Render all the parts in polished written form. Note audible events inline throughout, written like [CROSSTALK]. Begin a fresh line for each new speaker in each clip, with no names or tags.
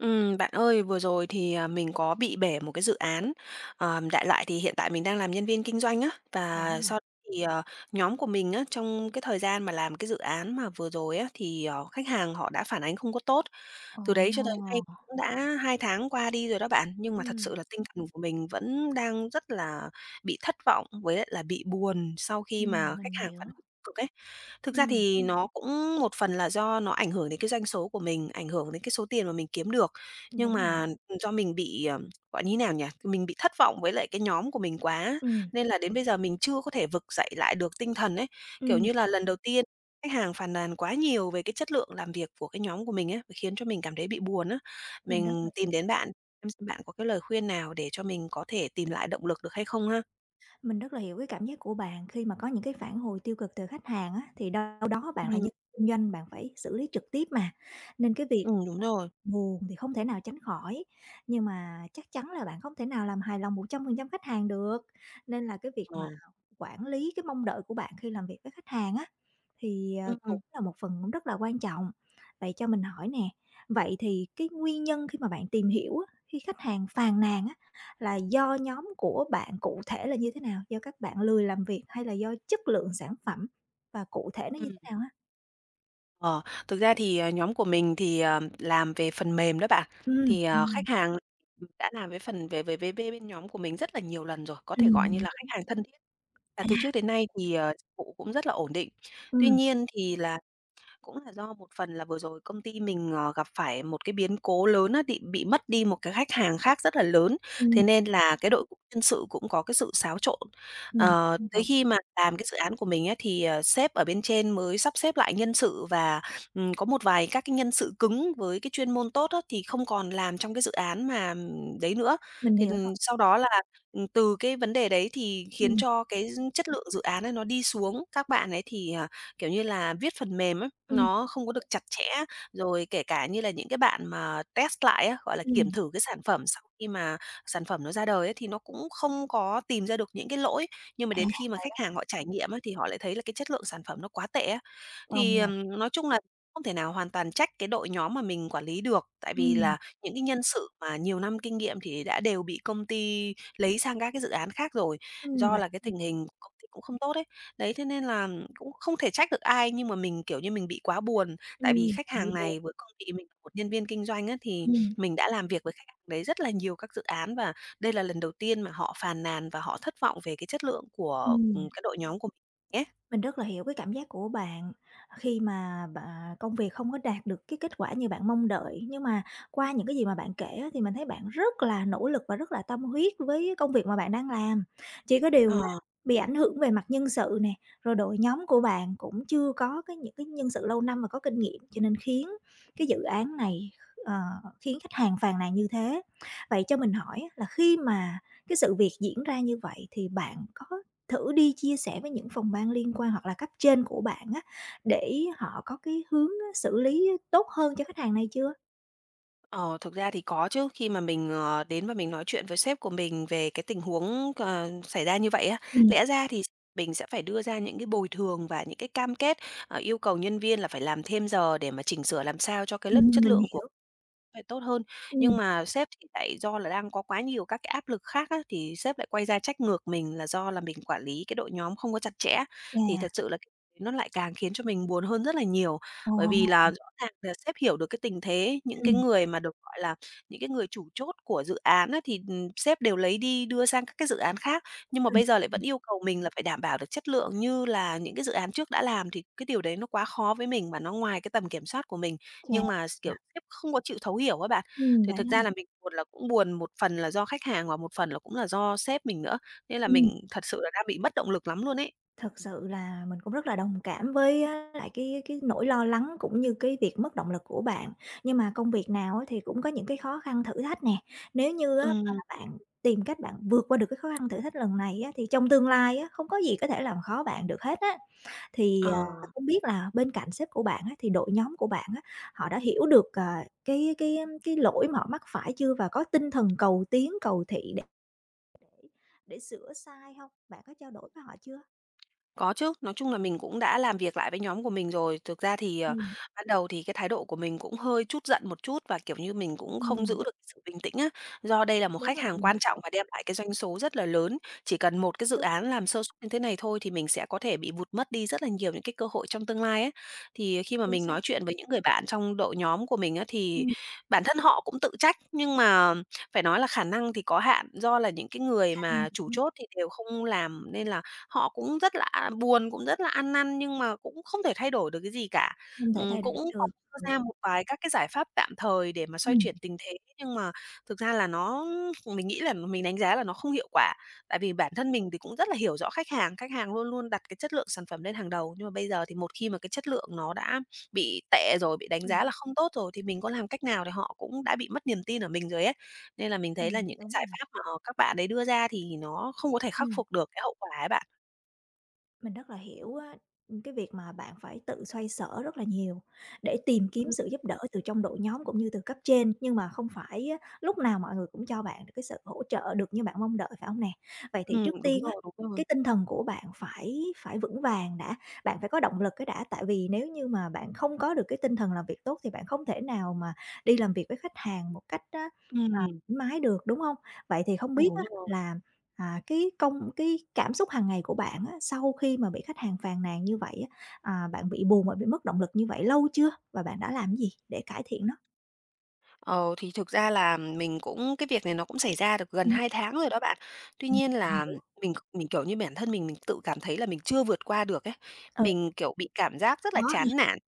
Bạn ơi, vừa rồi thì, mình có bị bể một cái dự án. Đại loại thì hiện tại mình đang làm nhân viên kinh doanh á,
Vậy đó
và sau đó
hả?
thì, nhóm của mình á, trong cái thời gian mà làm cái dự án mà vừa rồi á, thì, khách hàng họ đã phản ánh không có tốt. Từ đấy cho tới
Ồ!
nay thì cũng đã 2 tháng qua đi rồi đó bạn, nhưng mà thật sự
Ừm,
là tinh thần của mình vẫn đang rất là bị thất vọng với lại là bị buồn sau khi mà
mình
khách hàng
hiểu.
phản hồi cực ấy. Thực ra
Ừm,
thì nó cũng một phần là do nó ảnh hưởng đến cái doanh số của mình, ảnh hưởng đến cái số tiền mà mình kiếm được, nhưng
Đúng rồi.
mà do mình bị, gọi như thế nào nhỉ, mình bị thất vọng với lại cái nhóm của mình quá,
Ừm,
nên là đến bây giờ mình chưa có thể vực dậy lại được tinh thần ấy. Kiểu
ừm,
như là, lần đầu tiên khách hàng phàn nàn quá nhiều về cái chất lượng làm việc của cái nhóm của mình á, khiến cho mình cảm thấy bị buồn á.
mình rất
Mình
là
tìm đến bạn, xem bạn có cái lời khuyên nào để cho mình có thể tìm lại động lực được hay không ha?
mình rất là hiểu cái cảm giác của bạn khi mà có những cái phản hồi tiêu cực từ khách hàng á, thì đâu đó bạn là
Ừm,
nhân kinh doanh, bạn phải xử lý trực tiếp mà, nên cái việc
đúng rồi.
buồn thì không thể nào tránh khỏi, nhưng mà chắc chắn là bạn không thể nào làm hài lòng 100% khách hàng được, nên là cái việc mà
Ờ,
quản lý cái mong đợi của bạn khi làm việc với khách hàng á, thì,
ừm.
cũng là một phần cũng rất là quan trọng. Vậy cho mình hỏi nè, vậy thì cái nguyên nhân khi mà bạn tìm hiểu á, khi khách hàng phàn nàn á, là do nhóm của bạn cụ thể là như thế nào? Do các bạn lười làm việc hay là do chất lượng sản phẩm và cụ thể nó như
Ừm.
thế nào á?
Ờ, thực ra thì, nhóm của mình thì, làm về phần mềm đó bạn,
Ừm,
thì, khách
ừm,
hàng đã làm với phần về về với bên bên nhóm của mình rất là nhiều lần rồi, có thể gọi
mình
như là khách
hiểu.
hàng thân thiết. Và
À,
từ trước đến nay thì, dịch vụ cũng rất là ổn định. Tuy
ừm,
nhiên thì là cũng là do một phần là vừa rồi công ty mình, gặp phải một cái biến cố lớn á, bị mất đi một cái khách hàng khác rất là lớn, thế nên là cái đội ngũ nhân sự cũng có cái sự xáo trộn.
Ừm, mình
Tới
hiểu,
khi mà làm cái dự án của mình á, thì, sếp ở bên trên mới sắp xếp lại nhân sự và, có một vài các cái nhân sự cứng với cái chuyên môn tốt á, thì không còn làm trong cái dự án mà, đấy nữa.
mình
Thì,
hiểu rồi.
sau đó là, từ cái vấn đề đấy thì khiến
Ừm,
cho cái chất lượng dự án ấy nó đi xuống. Các bạn ấy thì, kiểu như là, viết phần mềm á,
ừm,
nó không có được chặt chẽ, rồi kể cả như là những cái bạn mà test lại á, gọi là, kiểm
ừm,
thử cái sản phẩm sau khi mà sản phẩm nó ra đời ấy, thì nó cũng không có tìm ra được những cái lỗi. Nhưng mà
à,
đến khi mà
Vậy
khách
đó,
hàng họ trải nghiệm á, thì họ lại thấy là cái chất lượng sản phẩm nó quá tệ á.
công
Thì,
nhận.
nói chung là không thể nào hoàn toàn trách cái đội nhóm mà mình quản lý được, tại vì
Ừm,
là những cái nhân sự mà nhiều năm kinh nghiệm thì đã đều bị công ty lấy sang các cái dự án khác rồi, do
Vậy,
là cái tình hình của công ty cũng không tốt ấy. Đấy, thế nên là cũng không thể trách được ai nhưng mà mình, kiểu như, mình bị quá buồn, tại vì khách
bạn bị
hàng
buồn.
này với cương vị mình là một nhân viên kinh doanh á, thì
Ừm,
mình đã làm việc với khách hàng đấy rất là nhiều các dự án và đây là lần đầu tiên mà họ phàn nàn và họ thất vọng về cái chất lượng của,
ừm.
cái đội nhóm của mình ấy.
Mình rất là hiểu cái cảm giác của bạn, khi mà bạn công việc không có đạt được cái kết quả như bạn mong đợi, nhưng mà qua những cái gì mà bạn kể á, thì mình thấy bạn rất là nỗ lực và rất là tâm huyết với công việc mà bạn đang làm. Chỉ có điều là
Ờ,
bị ảnh hưởng về mặt nhân sự nè, rồi đội nhóm của bạn cũng chưa có cái những cái nhân sự lâu năm và có kinh nghiệm, cho nên khiến cái dự án này, ờ, khiến khách hàng phàn nàn như thế. Vậy cho mình hỏi á là khi mà cái sự việc diễn ra như vậy thì bạn có thử đi chia sẻ với những phòng ban liên quan hoặc là cấp trên của bạn á, để họ có cái hướng á xử lý tốt hơn cho khách hàng này chưa?
ờ, thực ra thì có chứ, khi mà mình, đến và mình nói chuyện với sếp của mình về cái tình huống, xảy ra như vậy á,
Ừm.
lẽ ra thì mình sẽ phải đưa ra những cái bồi thường và những cái cam kết, yêu cầu nhân viên là phải làm thêm giờ để mà chỉnh sửa làm sao cho cái lớp chất
Mình
lượng của
hiểu.
vậy tốt hơn. Nhưng
Ừm.
mà sếp thì lại do là đang có quá nhiều các cái áp lực khác á, thì sếp lại quay ra trách ngược mình là do là mình quản lý cái đội nhóm không có chặt chẽ. Thì
Chà.
thật sự là cái nó lại càng khiến cho mình buồn hơn rất là nhiều.
Ồ.
Bởi vì là rõ ràng là sếp hiểu được cái tình thế, những cái
Ừm,
người mà được gọi là những cái người chủ chốt của dự án á, thì, sếp đều lấy đi đưa sang các cái dự án khác, nhưng mà
mình
bây giờ lại vẫn yêu cầu mình là phải đảm bảo được chất lượng như là những cái dự án trước đã làm thì cái điều đấy nó quá khó với mình và nó ngoài cái tầm kiểm soát của mình.
Chà.
Nhưng mà kiểu, sếp không có chịu thấu hiểu các bạn. Thì
Vậy
thực ra
ha.
là mình buồn là cũng buồn một phần là do khách hàng và một phần là cũng là do sếp mình nữa, nên là
Ừm,
mình thật sự là đang bị mất động lực lắm luôn ấy.
Thật sự là mình cũng rất là đồng cảm với á lại cái nỗi lo lắng cũng như cái việc mất động lực của bạn. Nhưng mà công việc nào á thì cũng có những cái khó khăn thử thách nè, nếu như á mà
Ừm,
bạn tìm cách bạn vượt qua được cái khó khăn thử thách lần này á, thì trong tương lai á, không có gì có thể làm khó bạn được hết á. Thì,
ờ.
không biết là bên cạnh sếp của bạn á, thì đội nhóm của bạn á, họ đã hiểu được, cái lỗi mà họ mắc phải chưa và có tinh thần cầu tiến, cầu thị để sửa sai hông? Bạn có trao đổi với họ chưa?
Có chứ, nói chung là mình cũng đã làm việc lại với nhóm của mình rồi. Thực ra thì,
Ừm.
ban đầu thì cái thái độ của mình cũng hơi chút giận một chút và, kiểu như, mình cũng không giữ
ừm,
được sự bình tĩnh á. Do đây là một
Đúng
khách
rồi.
hàng
Ừm.
quan trọng và đem lại cái doanh số rất là lớn, chỉ cần một cái dự
Đúng,
án làm sơ suất như thế này thôi thì mình sẽ có thể bị vụt mất đi rất là nhiều những cái cơ hội trong tương lai ấy. Thì khi mà
chính
mình nói
xác.
chuyện với những người bạn trong đội nhóm của mình á, thì
Ừm,
bản thân họ cũng tự trách, nhưng mà phải nói là khả năng thì có hạn, do là những cái người
Khả năng
mà chủ
cũng
chốt thì đều không làm nên là họ cũng rất là buồn, cũng rất là ăn năn nhưng mà cũng không thể thay đổi được cái gì cả.
không thể thay
Cũng
đổi
có
được.
đưa
Ừ.
ra một vài các cái giải pháp tạm thời để mà xoay
Ừm,
chuyển tình thế, nhưng mà thực ra là mình nghĩ là mình đánh giá là nó không hiệu quả. Tại vì bản thân mình thì cũng rất là hiểu rõ khách hàng luôn luôn đặt cái chất lượng sản phẩm lên hàng đầu, nhưng mà bây giờ thì một khi mà cái chất lượng nó đã bị tệ rồi, bị đánh
ừm,
giá là không tốt rồi thì mình có làm cách nào thì họ cũng đã bị mất niềm tin ở mình rồi ấy. Nên là mình thấy là những cái
Đúng
giải
rồi.
pháp mà các bạn ấy đưa ra thì nó không có thể khắc
Ừm.
phục được cái hậu quả ấy bạn.
Mình rất là hiểu á, cái việc mà bạn phải tự xoay sở rất là nhiều để tìm kiếm
Ừm,
sự giúp đỡ từ trong đội nhóm cũng như từ cấp trên, nhưng mà không phải á, lúc nào mọi người cũng cho bạn được cái sự hỗ trợ được như bạn mong đợi, phải không nè? Vậy thì trước
đúng
tiên á,
rồi, đúng rồi.
cái tinh thần của bạn phải phải vững vàng đã, bạn phải có động lực cái đã, tại vì nếu như mà bạn không có được cái tinh thần làm việc tốt thì bạn không thể nào mà đi làm việc với khách hàng một cách á, à,
Ừm,
thoải mái được, đúng không? Vậy thì không biết
đúng
á
rồi.
là cái cảm xúc hàng ngày của bạn á, sau khi mà bị khách hàng phàn nàn như vậy á, bạn bị buồn và bị mất động lực như vậy lâu chưa? Và bạn đã làm cái gì để cải thiện nó?
Ờ, thì thực ra là mình cũng cái việc này nó cũng xảy ra được gần
Ừm.
2 tháng rồi đó bạn. Tuy nhiên
Mình
là
hiểu.
mình, kiểu như, bản thân mình tự cảm thấy là mình chưa vượt qua được ấy.
Ừ,
Mình, kiểu, bị cảm giác rất
khó
là
ha.
chán nản.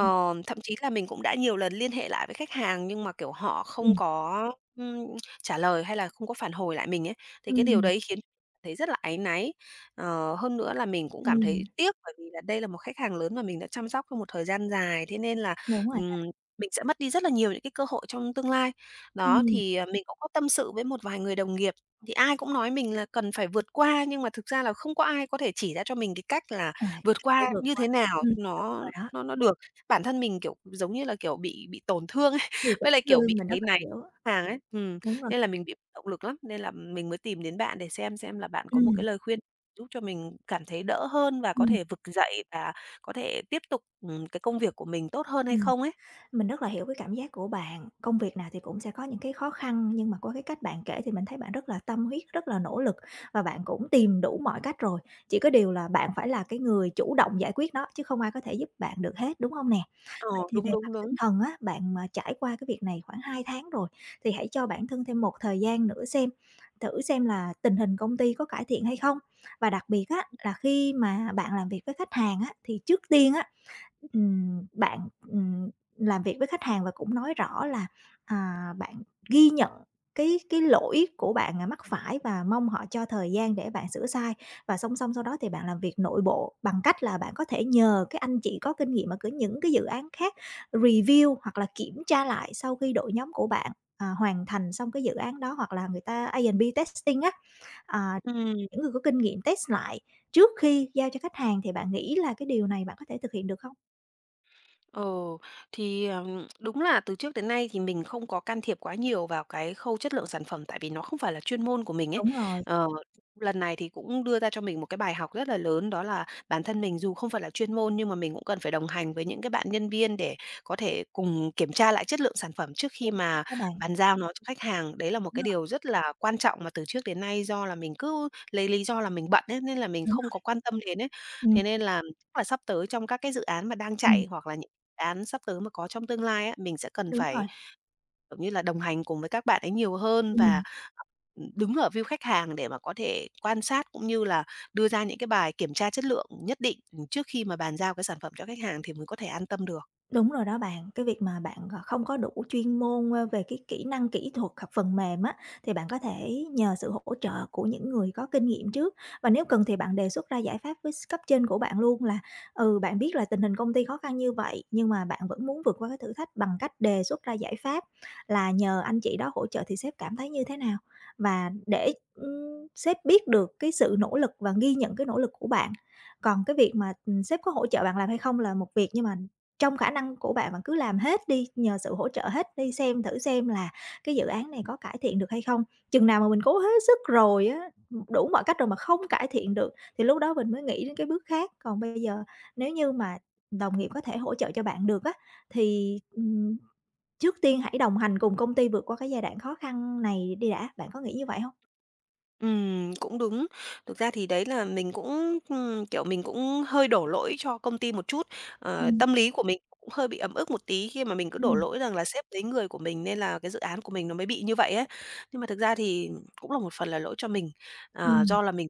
Ừm.
Thậm chí là mình cũng đã nhiều lần liên hệ lại với khách hàng nhưng mà, kiểu, họ không
Ừm,
có, ưm, trả lời hay là không có phản hồi lại mình ấy. Thì cái điều
ừm,
đấy khiến thấy rất là áy náy. Hơn nữa là mình cũng cảm thấy tiếc bởi vì là đây là một khách hàng lớn mà mình đã chăm sóc trong một thời gian dài, thế nên là,
Đúng rồi ha.
mình sẽ mất đi rất là nhiều những cái cơ hội trong tương lai. Đó,
Ừm.
thì, mình cũng có tâm sự với một vài người đồng nghiệp, thì ai cũng nói mình là cần phải vượt qua, nhưng mà thực ra là không có ai có thể chỉ ra cho mình cái cách là
À,
vượt
cách để
qua
vượt
như
qua.
thế nào
Ừm,
cho nó
rồi đó,
nó nó được. Bản thân mình, kiểu, giống như là, kiểu, bị tổn thương ấy,
thì
[LAUGHS]
cũng
với lại, kiểu, bị
thương, mình
áy
rất là
náy
hiểu.
hàng ấy,
Đúng rồi.
nên là mình bị mất động lực lắm, nên là mình mới tìm đến bạn để xem là bạn có một cái
Ừm,
lời khuyên giúp cho mình cảm thấy đỡ hơn và có
ừm.
thể vực dậy và có thể tiếp tục, cái công việc của mình tốt hơn hay
Ừm.
không ấy.
Mình rất là hiểu cái cảm giác của bạn, công việc nào thì cũng sẽ có những cái khó khăn, nhưng mà qua cái cách bạn kể thì mình thấy bạn rất là tâm huyết, rất là nỗ lực và bạn cũng tìm đủ mọi cách rồi. Chỉ có điều là bạn phải là cái người chủ động giải quyết nó, chứ không ai có thể giúp bạn được hết, đúng không nè?
Ờ,
Vậy thì
đúng,
về
đúng,
mặt
đúng.
tinh thần á, bạn mà trải qua cái việc này khoảng 2 tháng rồi, thì hãy cho bản thân thêm một thời gian nữa xem, thử xem là tình hình công ty có cải thiện hay không. Và đặc biệt á, là khi mà bạn làm việc với khách hàng á, thì trước tiên á, bạn, làm việc với khách hàng và cũng nói rõ là, bạn ghi nhận cái lỗi của bạn, mắc phải và mong họ cho thời gian để bạn sửa sai. Và song song sau đó thì bạn làm việc nội bộ bằng cách là bạn có thể nhờ cái anh chị có kinh nghiệm ở cái những cái dự án khác review hoặc là kiểm tra lại sau khi đội nhóm của bạn, hoàn thành xong cái dự án đó, hoặc là người ta A&B testing á, à,
Ừm.
những người có kinh nghiệm test lại trước khi giao cho khách hàng. Thì bạn nghĩ là cái điều này bạn có thể thực hiện được không?
Ồ, thì, đúng là từ trước đến nay thì mình không có can thiệp quá nhiều vào cái khâu chất lượng sản phẩm, tại vì nó không phải là chuyên môn của mình ấy.
Đúng rồi,
Ờ, lần này thì cũng đưa ra cho mình một cái bài học rất là lớn, đó là bản thân mình dù không phải là chuyên môn nhưng mà mình cũng cần phải đồng hành với những cái bạn nhân viên để có thể cùng kiểm tra lại chất lượng sản phẩm trước khi
chính xác
mà
đó bạn.
bàn giao nó cho khách hàng. Đấy là một
Đúng
cái điều
rồi,
rất là quan trọng mà từ trước đến nay do là mình cứ lấy lý do là mình bận ấy, nên là mình
đúng
không có
rồi.
quan tâm đến ấy.
Ừm,
Thế nên là chắc là sắp tới trong các cái dự án mà đang
ừm,
chạy hoặc là những án sắp tới mà có trong tương lai á, mình sẽ cần
Đúng
phải,
rồi.
kiểu như là, đồng hành cùng với các bạn ấy nhiều hơn và,
Ừm.
đứng ở view khách hàng để mà có thể quan sát cũng như là đưa ra những cái bài kiểm tra chất lượng nhất định, trước khi mà bàn giao cái sản phẩm cho khách hàng thì mới có thể an tâm được.
Đúng rồi đó bạn, cái việc mà bạn, không có đủ chuyên môn, về cái kỹ năng kỹ thuật hoặc phần mềm á, thì bạn có thể nhờ sự hỗ trợ của những người có kinh nghiệm trước. Và nếu cần thì bạn đề xuất ra giải pháp với cấp trên của bạn luôn là, ừ, bạn biết là tình hình công ty khó khăn như vậy, nhưng mà bạn vẫn muốn vượt qua cái thử thách bằng cách đề xuất ra giải pháp là nhờ anh chị đó hỗ trợ thì sếp cảm thấy như thế nào. Và để, sếp biết được cái sự nỗ lực và ghi nhận cái nỗ lực của bạn. Còn cái việc mà, sếp có hỗ trợ bạn làm hay không là một việc, nhưng mà trong khả năng của bạn, bạn cứ làm hết đi, nhờ sự hỗ trợ hết đi, xem thử xem là cái dự án này có cải thiện được hay không. Chừng nào mà mình cố hết sức rồi á, đủ mọi cách rồi mà không cải thiện được thì lúc đó mình mới nghĩ đến cái bước khác. Còn bây giờ nếu như mà đồng nghiệp có thể hỗ trợ cho bạn được á, thì, trước tiên hãy đồng hành cùng công ty vượt qua cái giai đoạn khó khăn này đi đã, bạn có nghĩ như vậy không?
Cũng đúng. Thực ra thì đấy là mình cũng, kiểu, mình cũng hơi đổ lỗi cho công ty một chút.
Ừm,
Tâm lý của mình cũng hơi bị ấm ức một tí khi mà mình cứ
ừm,
đổ
ừm,
lỗi rằng là sếp lấy người của mình nên là cái dự án của mình nó mới bị như vậy ấy. Nhưng mà thực ra thì cũng là một phần là lỗi cho mình,
ừm,
do là mình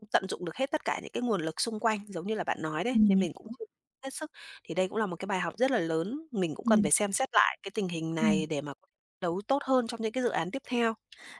không tận dụng được hết tất cả những cái nguồn lực xung quanh, giống như là bạn nói đấy,
Mình
nên
nghĩ
mình cũng chưa hết sức. Thì đây cũng là một cái bài học rất là lớn, mình cũng cần phải xem xét lại cái tình hình này để mà có thể đấu tốt hơn trong những cái dự án tiếp theo.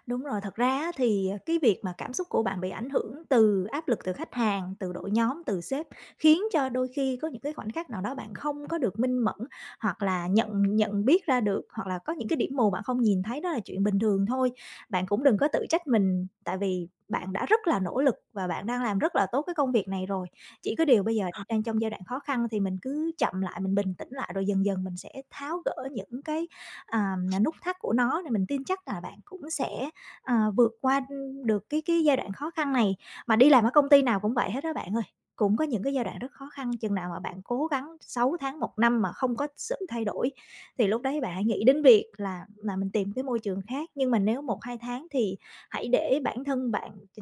đúng rồi, thật ra á thì, cái việc mà cảm xúc của bạn bị ảnh hưởng từ áp lực từ khách hàng, từ đội nhóm, từ sếp, khiến cho đôi khi có những cái khoảnh khắc nào đó bạn không có được minh mẫn, hoặc là nhận nhận biết ra được, hoặc là có những cái điểm mù bạn không nhìn thấy, đó là chuyện bình thường thôi. Bạn cũng đừng có tự trách mình, tại vì bạn đã rất là nỗ lực và bạn đang làm rất là tốt cái công việc này rồi. Chỉ có điều bây giờ đang trong giai đoạn khó khăn thì mình cứ chậm lại, mình bình tĩnh lại rồi dần dần mình sẽ tháo gỡ những cái, à, nút thắt của nó, thì mình tin chắc là bạn cũng sẽ vượt qua, được cái giai đoạn khó khăn này, mà đi làm ở công ty nào cũng vậy hết đó bạn ơi, cũng có những cái giai đoạn rất khó khăn, chừng nào mà bạn cố gắng 6 tháng, một năm mà không có sự thay đổi thì lúc đấy bạn hãy nghĩ đến việc là mình tìm cái môi trường khác. Nhưng mà nếu một 2 tháng thì hãy để bản thân bạn ch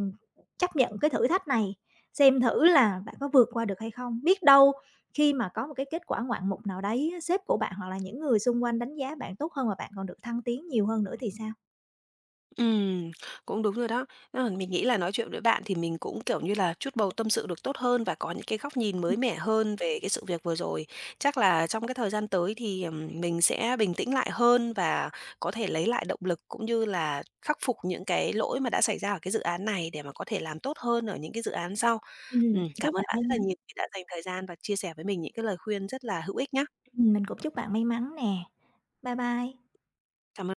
chấp nhận cái thử thách này, xem thử là bạn có vượt qua được hay không. Biết đâu khi mà có một cái kết quả ngoạn mục nào đấy, sếp của bạn hoặc là những người xung quanh đánh giá bạn tốt hơn và bạn còn được thăng tiến nhiều hơn nữa thì sao?
Ừm, cũng đúng rồi đó. Mình nghĩ là nói chuyện với bạn thì mình cũng, kiểu như là, chút bầu tâm sự được tốt hơn và có những cái góc nhìn mới mẻ hơn về cái sự việc vừa rồi. Chắc là trong cái thời gian tới thì, mình sẽ bình tĩnh lại hơn và có thể lấy lại động lực, cũng như là khắc phục những cái lỗi mà đã xảy ra ở cái dự án này để mà có thể làm tốt hơn ở những cái dự án sau. Cảm
Chúc
ơn
bạn
bạn
may
rất là
mắn.
nhiều vì đã dành thời gian và chia sẻ với mình những cái lời khuyên rất là hữu ích nhá.
Mình cũng chúc bạn may mắn nè. Bye bye.
Cảm ơn